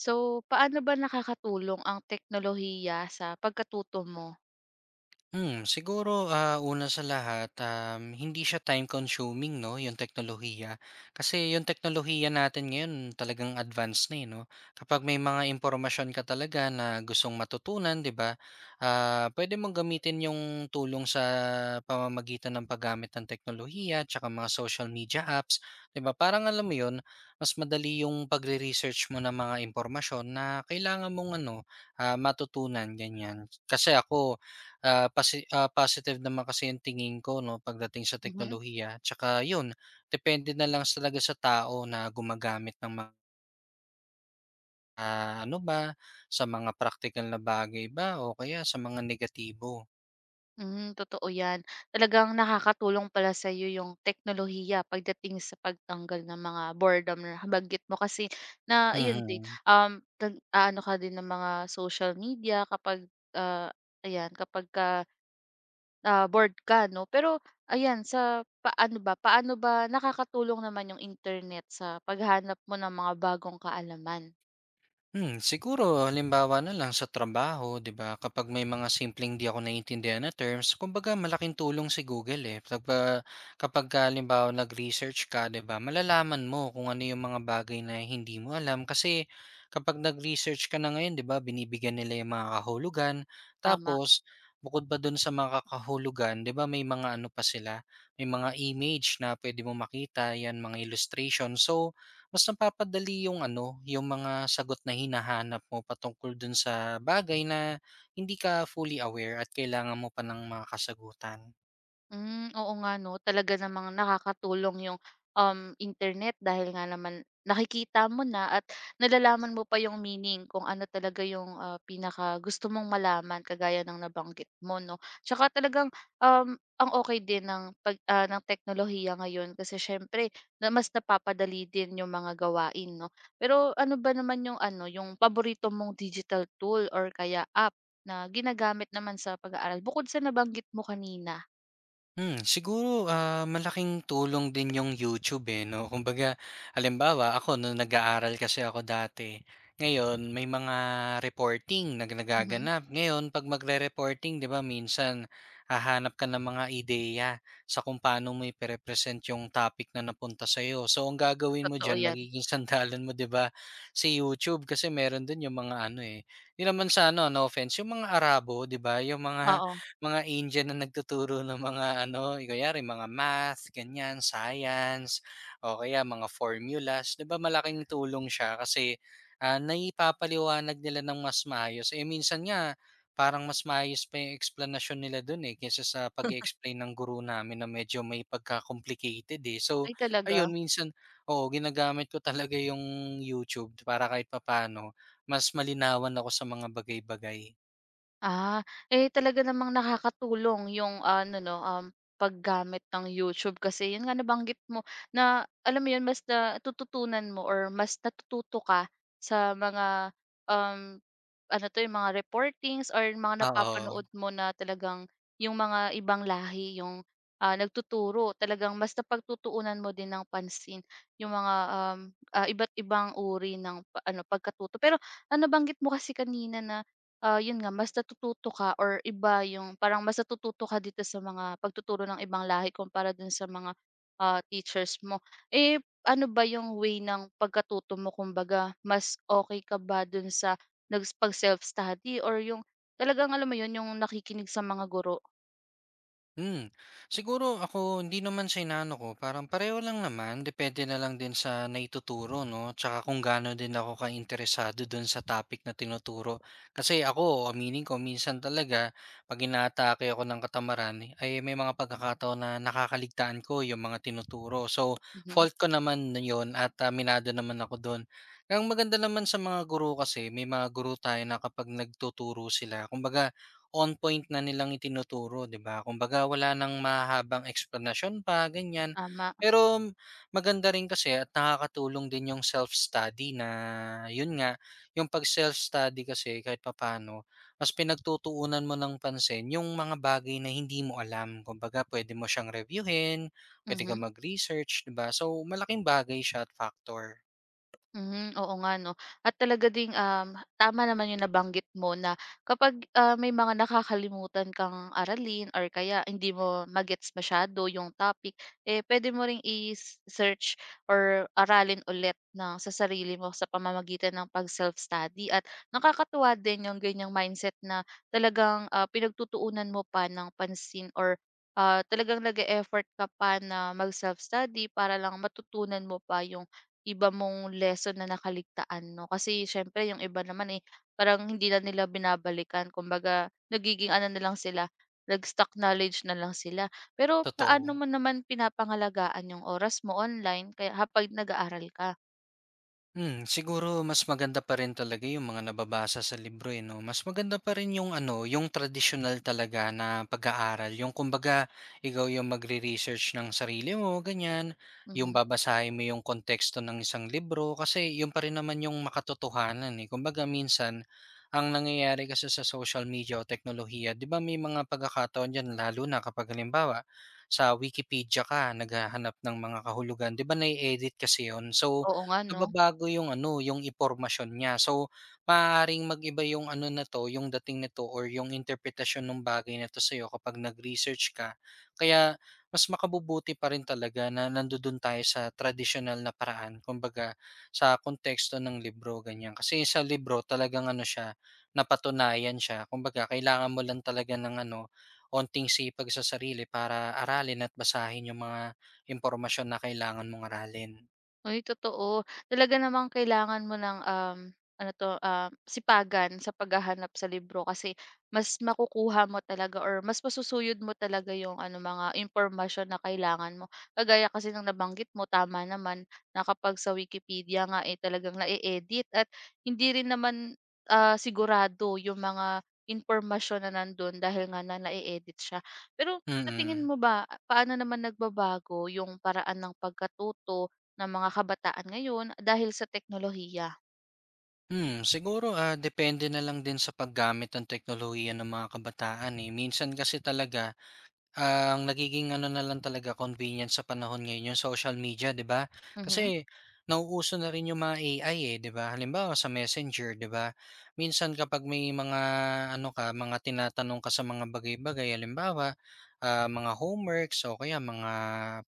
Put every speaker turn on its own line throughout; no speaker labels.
So, paano ba nakakatulong ang teknolohiya sa pagkatuto mo?
Una sa lahat, hindi siya time consuming 'no, yung teknolohiya. Kasi yung teknolohiya natin ngayon talagang advanced na, eh, 'no. Kapag may mga impormasyon ka talaga na gustong matutunan, 'di ba, pwede mong gamitin yung tulong sa pamamagitan ng paggamit ng teknolohiya tsaka mga social media apps, 'di ba? Parang alam mo yun, mas madali yung pagre-research mo ng mga impormasyon na kailangan mong ano, matutunan, ganyan. Kasi ako Ah, pasi ah, Positive naman kasi yung tingin ko 'no, pagdating sa
Mhm.
teknolohiya. Tsaka yun, depende na lang talaga sa tao na gumagamit ng mga ano ba, sa mga practical na bagay ba o kaya sa mga negatibo.
Hmm, totoo 'yan. Talagang nakakatulong pala sa'yo yung teknolohiya pagdating sa pagtanggal ng mga boredom na nabanggit mo kasi na yun din,
Mhm.
nag aano ka din ng mga social media kapag, ayan kapagka, bored ka 'no. Pero ayan sa paano ba nakakatulong naman yung internet sa paghahanap mo ng mga bagong kaalaman?
Siguro halimbawa na lang sa trabaho, 'di ba? Kapag may mga simpleng di ako naiintindihan na terms, kumbaga malaking tulong si Google eh. Kapag kapag ka, halimbawa nag-research ka, 'di ba? Malalaman mo kung ano yung mga bagay na hindi mo alam kasi kapag nag-research ka na ngayon, 'di ba? Binibigyan nila yung mga kahulugan.
Tama.
Tapos bukod pa dun sa mga kahulugan, 'di ba? May mga ano pa sila, may mga image na pwede mo makita, yan mga illustration. So mas napapadali yung ano, yung mga sagot na hinahanap mo patungkol dun sa bagay na hindi ka fully aware at kailangan mo pa ng mga kasagutan.
Hmm, oo nga 'no, talaga namang nakakatulong yung, internet dahil nga naman nakikita mo na at nalalaman mo pa yung meaning kung ano talaga yung, pinaka gusto mong malaman kagaya ng nabanggit mo 'no. Tsaka talagang, ang okay din ng ng teknolohiya ngayon kasi siyempre na mas napapadali din yung mga gawain 'no. Pero ano ba naman yung ano, yung paborito mong digital tool or kaya app na ginagamit naman sa pag-aaral bukod sa nabanggit mo kanina?
Siguro malaking tulong din yung YouTube, eh, 'no. Kumbaga, halimbawa ako nung nag-aaral kasi ako dati, ngayon may mga reporting na
Mhm.
nagaganap. Ngayon 'pag magre-reporting, 'di ba, minsan hahanap ka ng mga ideya sa kung paano mo ipe-represent yung topic na napunta sa iyo. So, ang gagawin mo
Totoo
diyan
yan,
magiging sandalan mo, 'di ba, si YouTube kasi meron dun yung mga ano, eh, 'di naman sa ano, no offense, yung mga Arabo, 'di ba, yung mga
oo.
mga Indian na nagtuturo ng mga ano, kunyari mga math, ganyan, science, o kaya mga formulas, 'di ba malaking tulong siya kasi, naipapaliwanag nila ng mas maayos. Eh, minsan nga parang mas maayos pa yung explanation nila dun, eh, kaysa sa pag explain ng guru namin na medyo may pagka-complicated, eh. So,
Ay talaga?
ayun minsan oo, ginagamit ko talaga yung YouTube para kahit papaano mas malinawan ako sa mga bagay-bagay.
Ah, Talaga namang nakakatulong yung ano 'no, paggamit ng YouTube kasi yun nga nabanggit mo na alam mo yun mas natututunan mo or mas natututo ka sa mga, um, ano 'to, yung mga reportings or mga napapanood
Oo.
mo na talagang yung mga ibang lahi yung, nagtuturo. Talagang mas napagtutuunan mo din ng pansin yung mga, iba't ibang uri ng pa ano, pagkatuto. Pero, banggit mo kasi kanina na Ah, yun nga mas natututo ka or iba yung parang mas natututo ka dito sa mga pagtuturo ng ibang lahi kumpara dun sa mga, teachers mo. Eh, ano ba yung way ng pagkatuto mo kumbaga mas okay ka ba dun sa nags self study or yung talagang alam mo yun yung nakikinig sa mga guro?
Hmm, siguro ako hindi naman sa inaano ko, parang pareho lang naman, depende na lang din sa naituturo 'no, tsaka kung gaano din ako interesado dun sa topic na tinuturo. Kasi ako, aminin ko minsan talaga 'pag inaatake ako ng katamaran ay may mga pagkakataon na nakakaligtaan ko yung mga tinuturo. So,
Mhm,
fault ko naman na yun at, minado naman ako dun. Ang maganda naman sa mga guro kasi may mga guro tayo na kapag nagtuturo sila kumbaga on point na nilang itinuturo, 'di ba? Kumbaga wala ng mahabang explanation pa, ganyan.
tama,
Pero m- Maganda rin kasi at nakakatulong din yung self-study na yun nga, yung 'pag self-study kasi kahit papaano, mas pinagtutuunan mo ng pansin yung mga bagay na hindi mo alam. Kumbaga pwede mo siyang reviewin, pwede ka
mhm.
mag-research, 'di ba? So, malaking bagay siya at factor,
Mhm, oo nga 'no. At talaga ding, tama naman yung nabanggit mo na kapag, may mga nakakalimutan kang aralin or kaya hindi mo magets gets masyado yung topic, eh, pwede mo ring i-search or aralin ulit ng sa sarili mo sa pamamagitan ng pag-self-study. At nakakatuwa din yung ganiyang mindset na talagang, pinagtutuunan mo pa ng pansin or, talagang nag effort ka pa na mag-self-study para lang matutunan mo pa yung Iba mong lesson na nakaligtaan 'no, kasi siyempre yung iba naman, eh, parang hindi na nila binabalikan kumbaga nagiging ano na lang sila, nag-stock knowledge na lang sila. Pero
totoo.
paano mo naman pinapangalagaan yung oras mo online kaya kapag nag-aaral ka?
Siguro mas maganda pa rin talaga yung mga nababasa sa libro eh, 'no? Mas maganda pa rin yung ano, yung traditional talaga na pag-aaral. Yung kumbaga, ikaw yung magre-research ng sarili mo, ganyan. Yung
Mhm,
babasahin mo yung konteksto ng isang libro kasi yun pa rin naman yung makatotohanan eh. Kumbaga minsan, ang nangyayari kasi sa social media o teknolohiya, 'di ba may mga pagkakataon diyan lalo na kapag halimbawa, sa Wikipedia ka naghahanap ng mga kahulugan, 'di ba nai-edit kasi yun. So,
oo nga 'no?
nababago yung ano, yung impormasyon niya. So, maaaring mag-iba yung ano na 'to, yung dating nito or yung interpretasyon ng bagay na 'to sa'yo kapag nag-research ka. Kaya mas makabubuti pa rin talaga na nandodo'n tayo sa traditional na paraan, kumbaga sa konteksto ng libro, ganyan. Kasi sa libro talagang ano siya, napatunayan siya. Kumbaga kailangan mo lang talaga ng ano, onting sipag sa sarili para aralin at basahin yung mga impormasyon na kailangan mong aralin.
Ay totoo. Talaga namang kailangan mo ng, ano 'to, sipagan sa paghahanap sa libro kasi mas makukuha mo talaga or mas masusuyod mo talaga yung ano, mga impormasyon na kailangan mo. Kagaya kasi ng nabanggit mo, tama naman na kapag sa Wikipedia nga, eh, talagang na edit at hindi rin naman, sigurado yung mga impormasyon na nandun dahil nga na na edit siya. Pero
Mm.
sa tingin
mm.
mo ba, paano naman nagbabago yung paraan ng pagkatuto ng mga kabataan ngayon dahil sa teknolohiya.
Siguro, depende na lang din sa paggamit ng teknolohiya ng mga kabataan, eh. Minsan kasi talaga ang nagiging ano na lang talaga convenience sa panahon ngayon yung social media, 'di ba?
Mhm,
Kasi nauuso na rin yung mga AI eh, 'di ba? Halimbawa sa Messenger, 'di ba? Minsan kapag may mga ano ka, mga tinatanong ka sa mga bagay-bagay, halimbawa, mga homeworks o kaya mga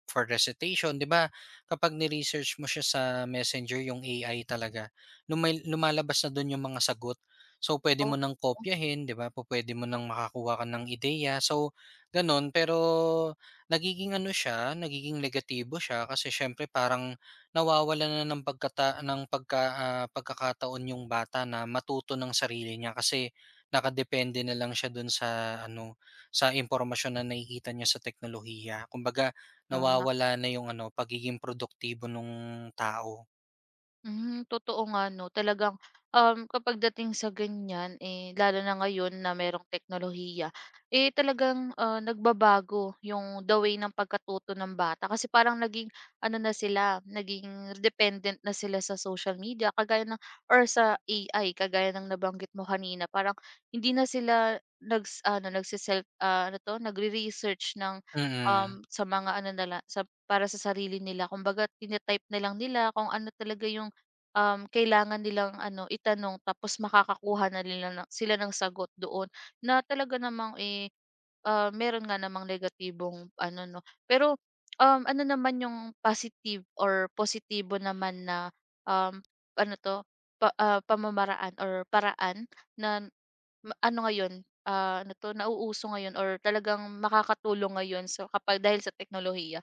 for recitation, 'di ba? Kapag ni-research mo siya sa Messenger yung AI talaga, lumalabas na doon yung mga sagot. So pwede
oo,
mo nang kopyahin, 'di ba? Pwede mo nang makakuha ka ng ideya. So gano'n, pero nagiging ano siya, nagiging negatibo siya kasi siyempre parang nawawalan na ng pagka, pagkakataon yung bata na matuto ng sarili niya kasi nakadepende na lang siya dun sa ano, sa impormasyon na nakikita niya sa teknolohiya. Kumbaga
tama.
nawawala na yung ano, pagiging produktibo nung tao.
Hmm, totoo nga 'no. Talagang, kapag dating sa ganyan, eh, lalo na ngayon na merong teknolohiya, eh, talagang, nagbabago yung the way ng pagkatuto ng bata. Kasi parang naging ano na sila, naging dependent na sila sa social media kagaya ng or sa AI kagaya ng nabanggit mo kanina. Parang hindi na sila nags ano, ano 'to, nagre-research ng,
Mm.
sa mga ano nila, sa para sa sarili nila. Kumbaga tini-type na lang nila kung ano talaga yung kailangan nilang ano itanong tapos makakakuha na nila ng sila ng sagot doon na talaga namang, eh, meron nga namang negatibong ano 'no. Pero, ano naman yung positive or positibo naman na, um, ano 'to, pamamaraan or paraan na ma ano ngayon, ano 'to, nauuso ngayon or talagang makakatulong ngayon so kapag dahil sa teknolohiya?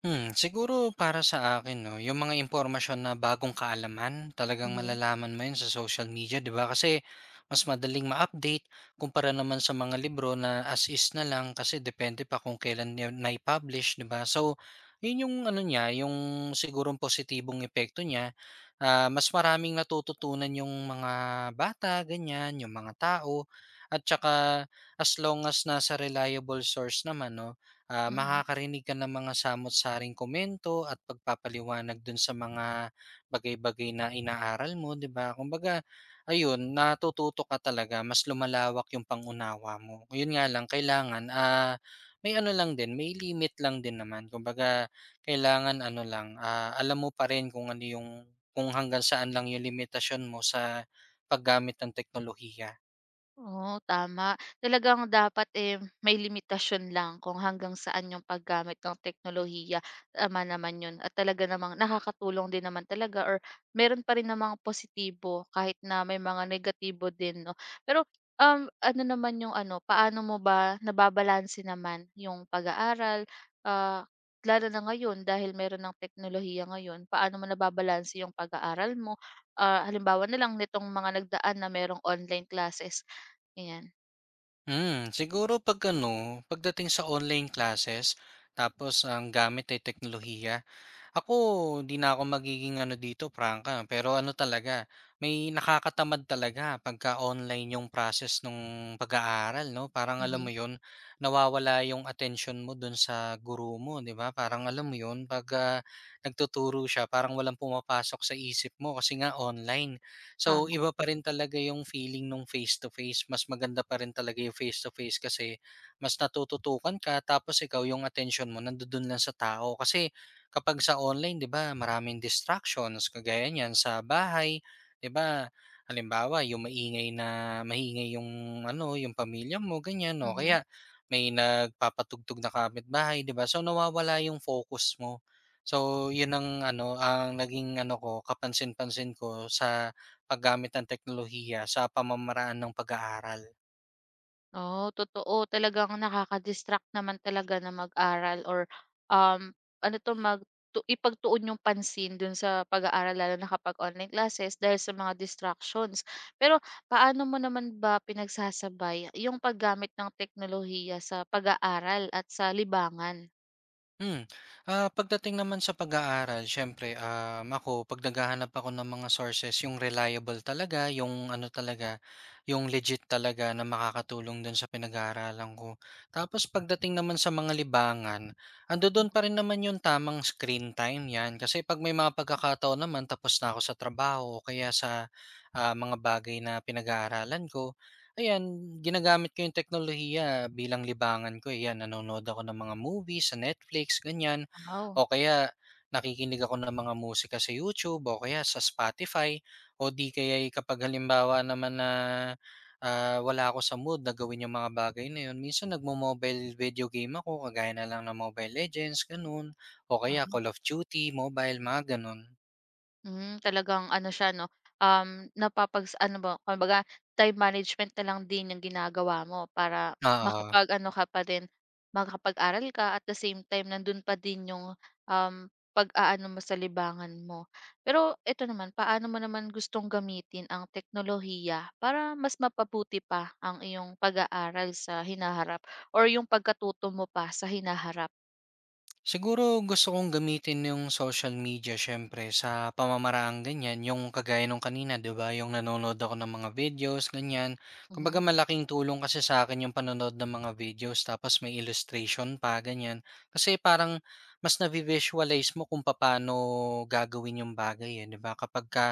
Siguro para sa akin 'no, yung mga impormasyon na bagong kaalaman, talagang
Mhm,
malalaman mo yun sa social media, 'di ba? Kasi mas madaling ma-update kumpara naman sa mga libro na as is na lang kasi depende pa kung kailan niya nai-publish, 'di ba? So, yun yung ano niya, yung sigurong positibong epekto niya. Ah, mas maraming natututunan yung mga bata, ganyan, yung mga tao at tsaka as long as nasa reliable source naman 'no,
mm.
makakarinig ka ng mga samot-saring komento at pagpapaliwanag dun sa mga bagay-bagay na inaaral mo, 'di ba? Kumbaga, ayun, natututo ka talaga, mas lumalawak yung pangunawa mo. Yun nga lang, kailangan, may ano lang din, may limit lang din naman. Kumbaga, kailangan ano lang, alam mo pa rin kung ano yung, kung hanggang saan lang yung limitasyon mo sa paggamit ng teknolohiya.
Oo, tama. Talagang dapat, eh, may limitasyon lang kung hanggang saan yung paggamit ng teknolohiya, tama naman yun at talaga namang nakakatulong din naman talaga or meron pa rin namang positibo kahit na may mga negatibo din 'no. Pero, ano naman yung ano, paano mo ba nababalanse naman yung pag-aaral, ah, lalo na ngayon dahil meron ng teknolohiya ngayon, paano mo nababalanse yung pag-aaral mo? Halimbawa na lang nitong mga nagdaan na merong online classes, Ayan,
Siguro 'pag ano, pagdating sa online classes tapos ang gamit ay teknolohiya. Ako, hindi na ako magiging ano dito prangka, pero ano talaga, may nakakatamad talaga pagka online yung process nung pag-aaral 'no, parang alam mo
mhm,
'yun, nawawala yung attention mo dun sa guru mo 'di ba? Parang alam mo 'yun, 'pag, nagtuturo siya parang walang pumapasok sa isip mo kasi nga online. So,
tama,
iba pa rin talaga yung feeling nung face to face, mas maganda pa rin talaga yung face to face kasi mas natututukan ka tapos ikaw yung attention mo nandudun lang sa tao. Kasi kapag sa online 'di ba maraming distractions kagaya niyan sa bahay 'di ba? Halimbawa yung maingay na maingay yung ano, yung pamilya mo ganyan no,
mhm.
kaya may nagpapatugtog na kapitbahay 'di ba? So nawawala yung focus mo. So yun ang ano, ang naging ano ko kapansin-pansin ko sa paggamit ng teknolohiya sa pamamaraan ng pag-aaral.
Oo, totoo talagang nakaka-distract naman talaga na mag-aral or, um, ano 'to mag tu ipagtuon yung pansin dun sa pag-aaral lalo na kapag online classes dahil sa mga distractions. Pero paano mo naman ba pinagsasabay yung paggamit ng teknolohiya sa pag-aaral at sa libangan?
Hmm, Pagdating naman sa pag-aaral siyempre, ako 'pag naghahanap ako ng mga sources yung reliable talaga, yung ano talaga, yung legit talaga na makakatulong dun sa pinag-aaralan ko. Tapos pagdating naman sa mga libangan,
Hmm,
andodo'n pa rin naman yung tamang screen time 'yan, kasi 'pag may mga pagkakataon naman tapos na ako sa trabaho o kaya sa, mga bagay na pinag-aaralan ko. Ayan, ginagamit ko yung teknolohiya bilang libangan ko, eh. Ayan, nanonood ako ng mga movies sa Netflix, ganiyan.
wow.
O kaya nakikinig ako ng mga musika sa YouTube o kaya sa Spotify o 'di kaya'y kapag halimbawa naman na, wala ako sa mood na gawin yung mga bagay na yun, minsan nagmo-mobile video game ako, kagaya na lang ng Mobile Legends, gano'n, o kaya Call of Duty Mobile, mga gano'n.
Hmm, talagang ano siya 'no, napapags ano ba, kumbaga time management na lang din yung ginagawa mo para
Oo.
makapag-ano ka pa din, makapag-aral ka at the same time nandun pa din yung, pag-aano mo sa libangan mo. Pero eto naman, paano mo naman gustong gamitin ang teknolohiya para mas mapabuti pa ang iyong pag-aaral sa hinaharap or yung pagkatuto mo pa sa hinaharap?
Siguro gusto kong gamitin yung social media siyempre sa pamamaraang ganyan, yung kagaya nung kanina 'di ba, yung nanonood ako ng mga videos ganyan. Kumbaga
Mhm,
malaking tulong kasi sa akin yung panonood ng mga videos tapos may illustration pa ganyan. Kasi parang mas na visualize mo kung paano gagawin yung bagay, eh, 'di ba. Kapag ka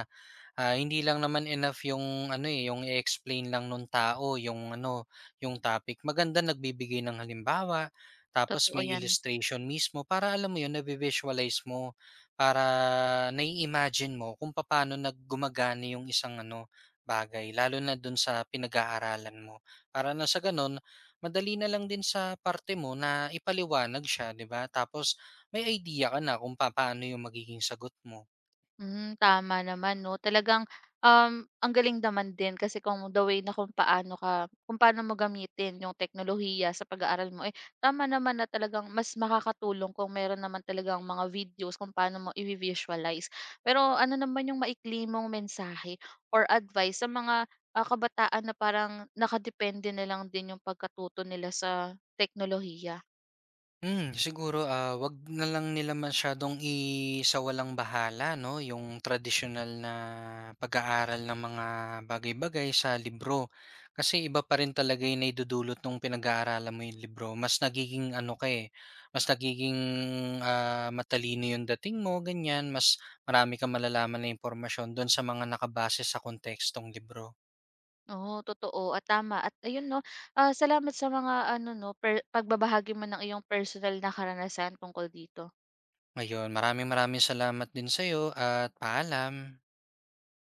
hindi lang naman enough yung ano, eh, yung i-explain lang nung tao yung ano, yung topic. Maganda nagbibigay ng halimbawa, tapos
totoo
may
yan.
illustration mismo para alam mo yun, nabi-visualize mo, para nai-imagine mo kung paano nag yung isang ano, bagay lalo na dun sa pinag-aaralan mo. Para na sa ganun, madali na lang din sa parte mo na ipaliwanag siya, 'di ba? Tapos may idea ka na kung paano yung magiging sagot mo.
Hmm, tama naman 'no. Talagang, ang galing naman din kasi kung the way na kung paano ka kung paano mo gamitin yung teknolohiya sa pag-aaral mo, eh, tama naman na talagang mas makakatulong kung meron naman talagang mga videos kung paano mo i visualize Pero ano naman yung maikli mong mensahe or advice sa mga, kabataan na parang nakadepende na lang din yung pagkatuto nila sa teknolohiya?
Siguro, 'wag na lang nila masyadong isawalang-bahala 'no, yung traditional na pag-aaral ng mga bagay-bagay sa libro. Kasi iba pa rin talaga yung naidudulot nung pinag-aaralan mo yung libro. Mas nagiging ano ka, eh, mas nagiging, matalino yung dating mo, ganyan. Mas marami kang malalaman na impormasyon dun sa mga nakabase sa kontekstong libro.
Oo, totoo at tama at ayun 'no, salamat sa mga ano 'no, per pagbabahagi mo ng iyong personal na karanasan tungkol dito.
Ayun, maraming-maraming salamat din sa sa'yo at paalam.